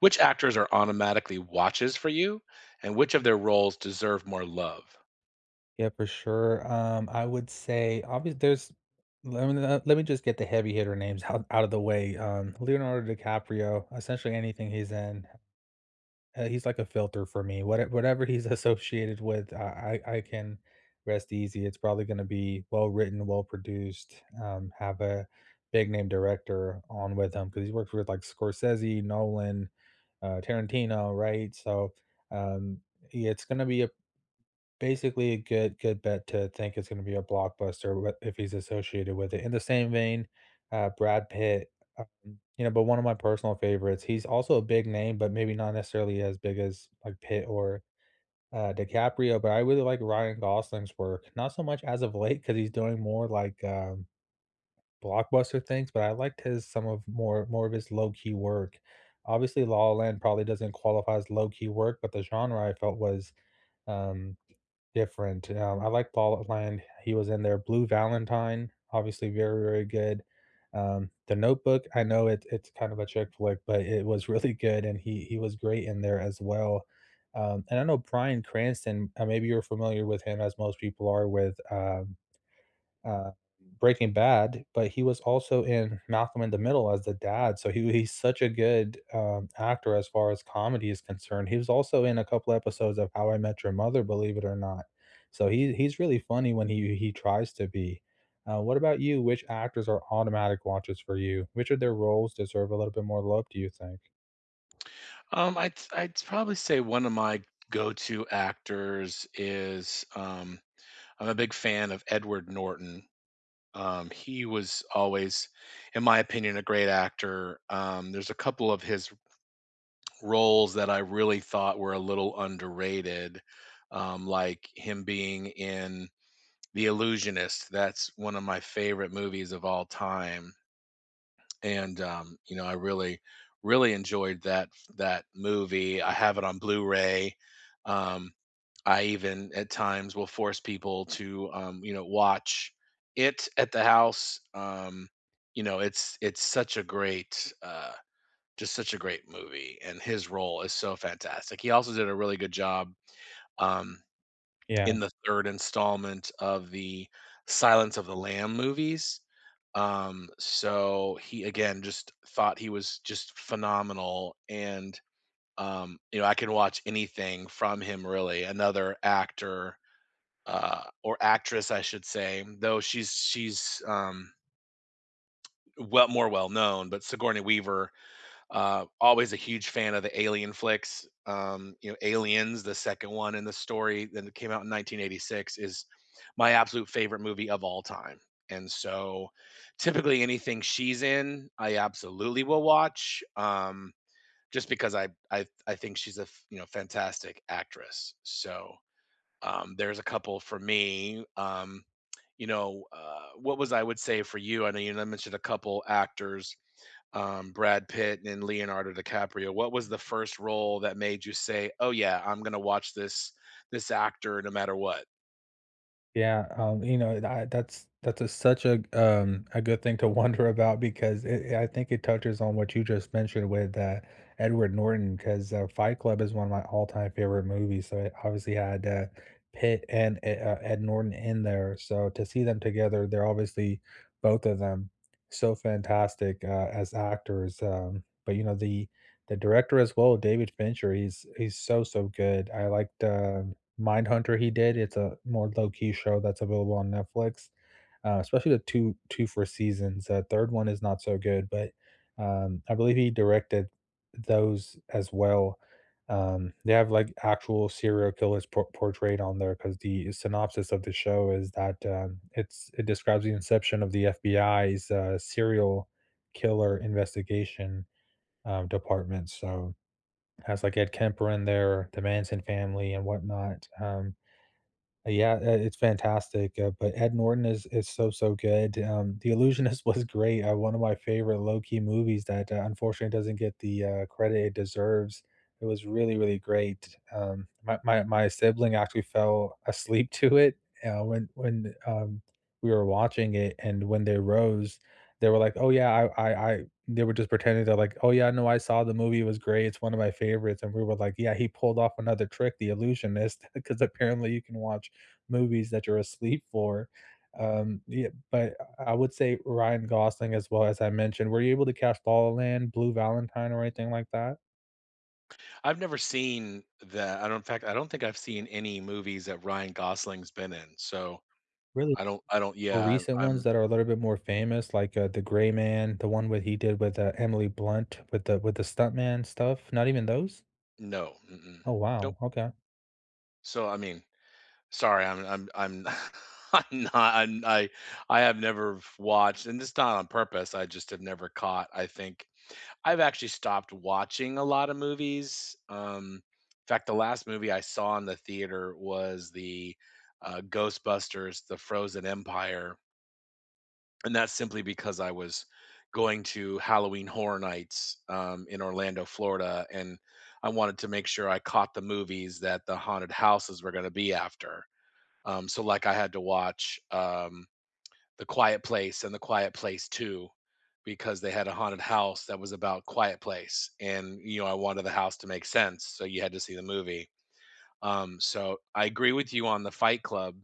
Which actors are automatically watches for you, and which of their roles deserve more love? Yeah, for sure. I would say obviously there's let me just get the heavy hitter names out of the way. Leonardo DiCaprio, essentially anything he's in, he's like a filter for me. Whatever he's associated with, I can rest easy. It's probably going to be well written, well produced. Have a big name director on with him because he's worked with like Scorsese, Nolan, Tarantino, right? So um, yeah, it's going to be a Basically, a good bet to think it's gonna be a blockbuster with if he's associated with it. In the same vein, Brad Pitt, um, you know, but one of my personal favorites, he's also a big name, but maybe not necessarily as big as, like, Pitt or, DiCaprio, but I really like Ryan Gosling's work. Not so much as of late because he's doing more, like, blockbuster things, but I liked his some of more more of his low-key work. Obviously, La La Land probably doesn't qualify as low-key work, but the genre I felt was, um different. I like Paul Land, he was in there. Blue Valentine, obviously very, very good. The Notebook, I know it's kind of a chick flick, but it was really good, and he was great in there as well. And I know Bryan Cranston. Maybe you're familiar with him as most people are with, uh, Breaking Bad, but he was also in Malcolm in the Middle as the dad. So he's such a good actor as far as comedy is concerned. He was also in a couple episodes of How I Met Your Mother, believe it or not. So he's really funny when he tries to be. What about you? Which actors are automatic watches for you? Which of their roles deserve a little bit more love? Do you think? I'd probably say one of my go-to actors is, I'm a big fan of Edward Norton. He was always, in my opinion, a great actor. There's a couple of his roles that I really thought were a little underrated, like him being in The Illusionist. That's one of my favorite movies of all time, and I really, really enjoyed that movie. I have it on Blu-ray. Um, I even at times will force people to watch it at the house. It's just such a great movie, and his role is so fantastic. He also did a really good job. Um, Yeah. in the 3rd installment of the Silence of the Lamb movies. So he again just thought he was just phenomenal. And, I can watch anything from him, really. Another actor, or actress I should say, though she's well, more well known, but Sigourney Weaver, always a huge fan of the alien flicks. Aliens, the second one in the story that came out in 1986, is my absolute favorite movie of all time. And so, typically, anything she's in, I absolutely will watch, just because I think she's a fantastic actress. So there's a couple for me. You know, what was I would say for you? I know you mentioned a couple actors, Brad Pitt and Leonardo DiCaprio. What was the first role that made you say, "Oh yeah, I'm gonna watch this actor no matter what"? Yeah, you know, I, that's a, such a good thing to wonder about because I think it touches on what you just mentioned with Edward Norton because Fight Club is one of my all-time favorite movies. So it obviously had Pitt and Ed Norton in there. So to see them together, they're obviously both of them so fantastic as actors. But you know the director as well, David Fincher. He's so so good. I liked Mindhunter he did. It's a more low-key show that's available on Netflix, especially the two two for seasons. The third one is not so good, but, I believe he directed those as well. They have, like, actual serial killers portrayed on there because the synopsis of the show is that, it describes the inception of the FBI's, serial killer investigation, department, so, has, like, Ed Kemper in there, the Manson family and whatnot. Yeah, it's fantastic. But Ed Norton is so, so good. Um, The Illusionist was great, one of my favorite low-key movies that, unfortunately doesn't get the, credit it deserves. It was really, really great. Um, my sibling actually fell asleep to it, when we were watching it, and when they rose, they were like, "Oh, yeah, I" they were just pretending, they're like, "Oh, yeah, no, I saw the movie, it was great, it's one of my favorites," and we were like, "Yeah, he pulled off another trick, The Illusionist," because apparently you can watch movies that you're asleep for. Yeah, but I would say Ryan Gosling as well, as I mentioned. Were you able to catch La La Land, Blue Valentine, or anything like that? I've never seen that. I don't. In fact, I don't think I've seen any movies that Ryan Gosling's been in. So Really, I don't. For Yeah, recent ones I'm that are a little bit more famous, like, The Gray Man, the one with he did with, Emily Blunt with the stuntman stuff, not even those? no. Mm-mm, Oh, nope. wow, okay. So I mean, sorry. I'm. I'm. I'm. I'm not. I'm, I. I have never watched, and it's not on purpose. I just have never caught. I think I've actually stopped watching a lot of movies. In fact, the last movie I saw in the theater was the Ghostbusters: The Frozen Empire, and that's simply because I was going to Halloween Horror Nights in Orlando, Florida, and I wanted to make sure I caught the movies that the haunted houses were going to be after. So, like, I had to watch. The Quiet Place and The Quiet Place 2, because they had a haunted house that was about Quiet Place, and, you know, I wanted the house to make sense, so you had to see the movie. So I agree with you on The Fight Club.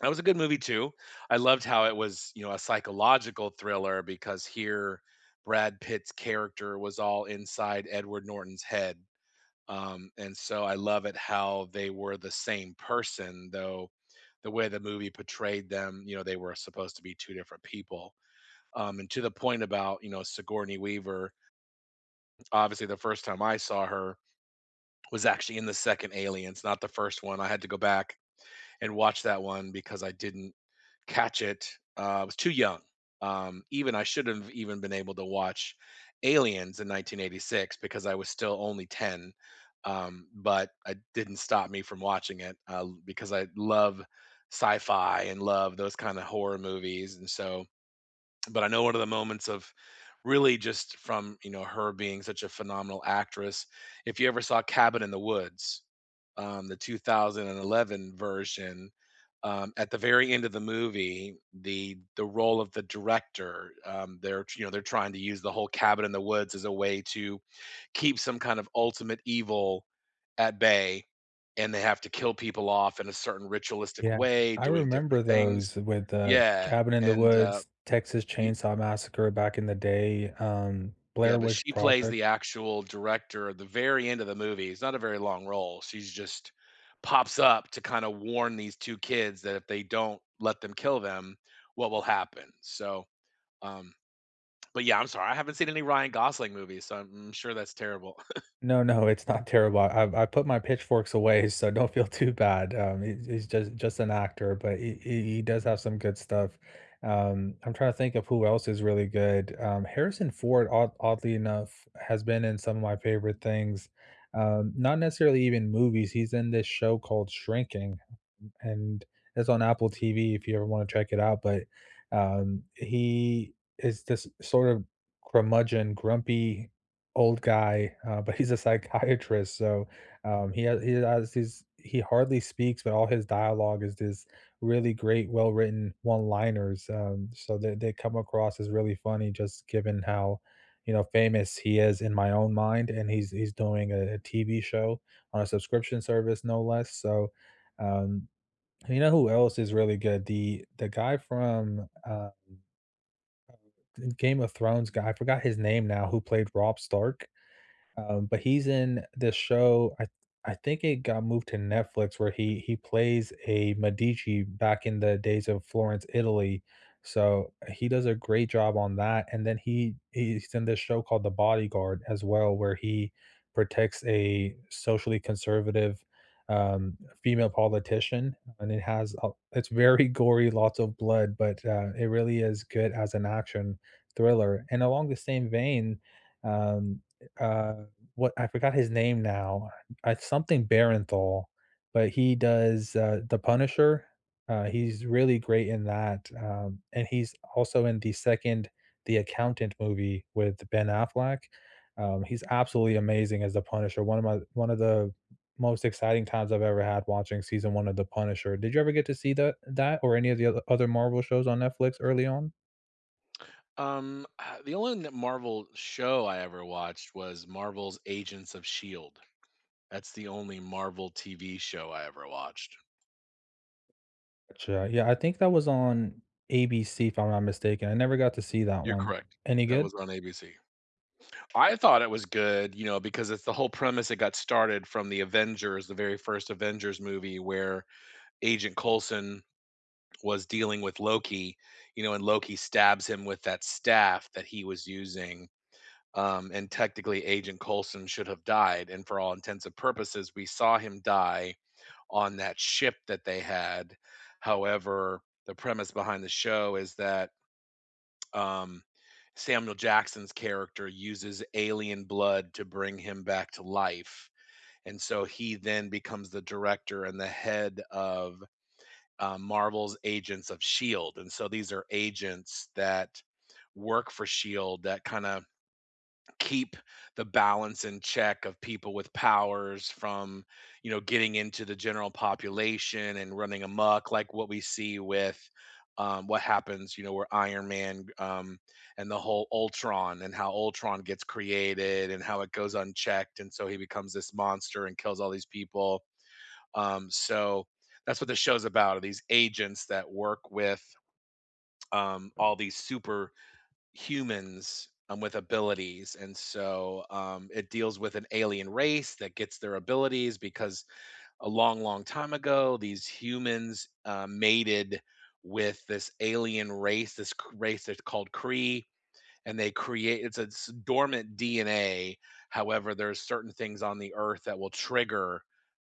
That was a good movie too. I loved how it was, a psychological thriller because here Brad Pitt's character was all inside Edward Norton's head, and so I love it how they were the same person, though the way the movie portrayed them, they were supposed to be 2 different people. And to the point about, Sigourney Weaver, obviously the first time I saw her was actually in the second Aliens, not the first one. I had to go back and watch that one because I didn't catch it. I was too young. Even I should have even been able to watch Aliens in 1986 because I was still only 10. But it didn't stop me from watching it because I love sci-fi and love those kind of horror movies. And so, but I know one of the moments of really just from her being such a phenomenal actress. If you ever saw Cabin in the Woods, the 2011 version, at the very end of the movie, the role of the director, they're, you know, they're trying to use the whole Cabin in the Woods as a way to keep some kind of ultimate evil at bay, and they have to kill people off in a certain ritualistic Yeah, way, I doing different remember things. those with, Yeah. Cabin in the and Woods, Texas Chainsaw Massacre back in the day, Yeah, Blair but Witch she plays Project. the actual director at the very end of the movie. It's not a very long role. She's just pops up to kinda warn these 2 kids that if they don't let them kill them, what will happen. So, um, but yeah, I'm sorry. I haven't seen any Ryan Gosling movies, so I'm sure that's terrible. No, no, it's not terrible. I put my pitchforks away, so don't feel too bad. He's just an actor, but he does have some good stuff. I'm trying to think of who else is really good. Harrison Ford, oddly enough, has been in some of my favorite things. Not necessarily even movies. He's in this show called Shrinking, and it's on Apple TV if you ever wanna check it out, but, he is this sort of curmudgeon, grumpy old guy, but he's a psychiatrist. So, he has these, he hardly speaks, but all his dialogue is this really great, well-written one-liners. Um, so they come across as really funny just given how, you know, famous he is in my own mind, and he's doing a TV show on a subscription service, no less. Um you know who else is really good? The guy from, Game of Thrones guy, I forgot his name now, who played Rob Stark. But he's in this show, I think it got moved to Netflix, where he plays a Medici back in the days of Florence, Italy. So he does a great job on that. And then he's in this show called The Bodyguard as well, where he protects a socially conservative um, female politician, and it's very gory, lots of blood, but it really is good as an action thriller. And along the same vein, um, uh, what I forgot his name now. It's something Barenthal, but he does, The Punisher. He's really great in that. Um, and he's also in the second The Accountant movie with Ben Affleck. He's absolutely amazing as The Punisher. One of the most exciting times I've ever had watching season 1 of The Punisher. Did you ever get to see that or any of the other Marvel shows on Netflix early on? The only n Marvel show I ever watched was Marvel's Agents of S.H.I.E.L.D. That's the only Marvel TV show I ever watched. Gotcha. Yeah, I think that was on ABC, if I'm not mistaken. I never got to see that You're one. correct. Any That good? was on ABC. I thought it was good, because it's the whole premise it got started from the Avengers, the very first Avengers movie where Agent Coulson was dealing with Loki, and Loki stabs him with that staff that he was using. And technically, Agent Coulson should have died. And for all intents and purposes, we saw him die on that ship that they had. However, the premise behind the show is that, um, Samuel Jackson's character uses alien blood to bring him back to life. And so he then becomes the director and the head of Marvel's Agents of S.H.I.E.L.D. And so these are agents that work for S.H.I.E.L.D. that kind of keep the balance in check of people with powers from, getting into the general population and running amok, like what we see with, what happens, where Iron Man, and the whole Ultron and how Ultron gets created and how it goes unchecked. And so he becomes this monster and kills all these people. So that's what the show's about, are these agents that work with all these super humans, with abilities. And so it deals with an alien race that gets their abilities because a long long time ago these humans mated with this alien race, race that's called Kree, and they create, it's a dormant DNA. However, there's certain things on the earth that will trigger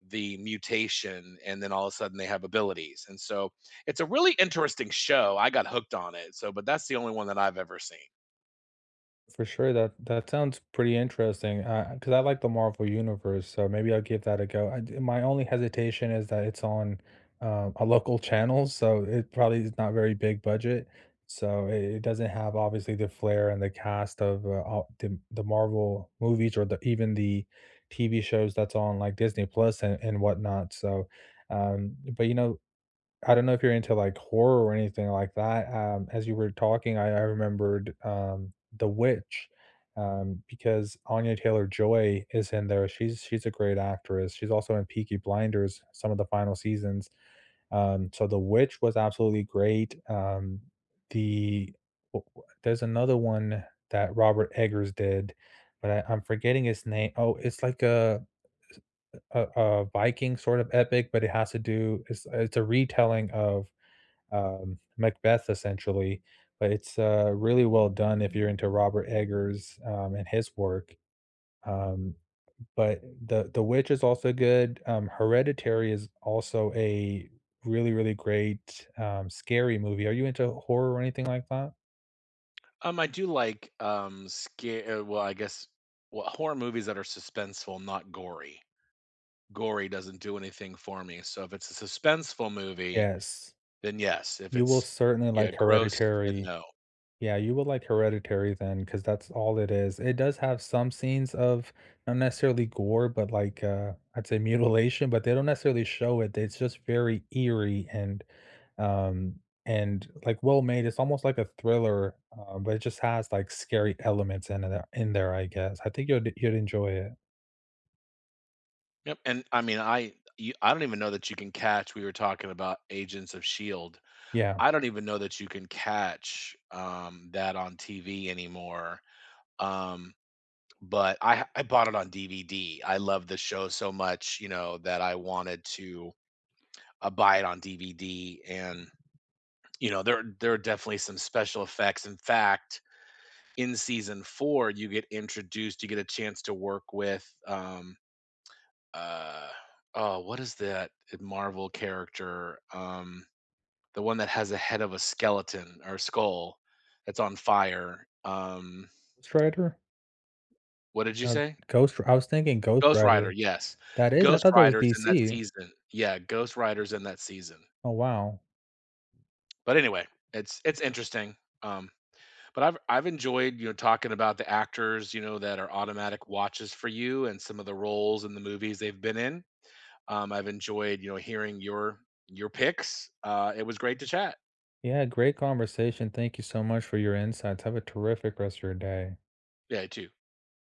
the mutation, and then all of a sudden they have abilities, and so it's a really interesting show. I got hooked on it. So, but that's the only one that I've ever seen. For sure. That sounds pretty interesting. Cause I like the Marvel Universe, so maybe I'll give that a go. I d My only hesitation is that it's on, a local channel, so it probably is not very big budget. So it doesn't have obviously the flair and the cast of, all the Marvel movies or the even the TV shows that's on like Disney Plus and whatnot. So, but you know, I don't know if you're into, like, horror or anything like that. Um, as you were talking, I remembered, The Witch, because Anya Taylor-Joy is in there. She's a great actress. She's also in Peaky Blinders, some of the final seasons. Um, so The Witch was absolutely great. Um, the w w there's another one that Robert Eggers did, but I'm forgetting his name. Oh, it's like a a Viking sort of epic, but it has to do it's a retelling of Macbeth essentially, but it's, really well done if you're into Robert Eggers, and his work. Um, but the Witch is also good. Hereditary is also a really, really great, scary movie. Are you into horror or anything like that? I do like, scare well, I guess, well, horror movies that are suspenseful, not gory. Gory doesn't do anything for me, so if it's a suspenseful movie, Yes. then yes. If You will it's, certainly yeah, like gross, then Hereditary. no. Yeah, you will like Hereditary then, because that's all it is. It does have some scenes of not necessarily gore, but like, I'd say mutilation, but they don't necessarily show it. It's just very eerie um, and like well made. It's almost like a thriller. Um, but it just has like scary elements in there, I guess. I think you'd enjoy it. Yep, and I mean, I don't even know that you can catch, we were talking about Agents of S.H.I.E.L.D. Yeah. I don't even know that you can catch, that on TV anymore, um, but I bought it on DVD. I love the show so much, that I wanted to buy it on DVD, and there are definitely some special effects. In fact, in season four, you get introduced, you get a chance to work with, uh oh, what is that Marvel character, the one that has a head of a skeleton or skull that's on fire. Ghost Rider? What did you No, say? Ghost I was thinking Ghost Ghost Rider, Rider. yes. That is? I Ghost thought that was Rider's in that DC. season. Yeah, Ghost Rider's in that season Oh, wow. but anyway, it's interesting. um But I've enjoyed, talking about the actors, that are automatic watches for you and some of the roles in the movies they've been in. I've enjoyed, hearing your picks. It was great to chat. Yeah, great conversation. Thank you so much for your insights. Have a terrific rest of your day. Yeah, you too.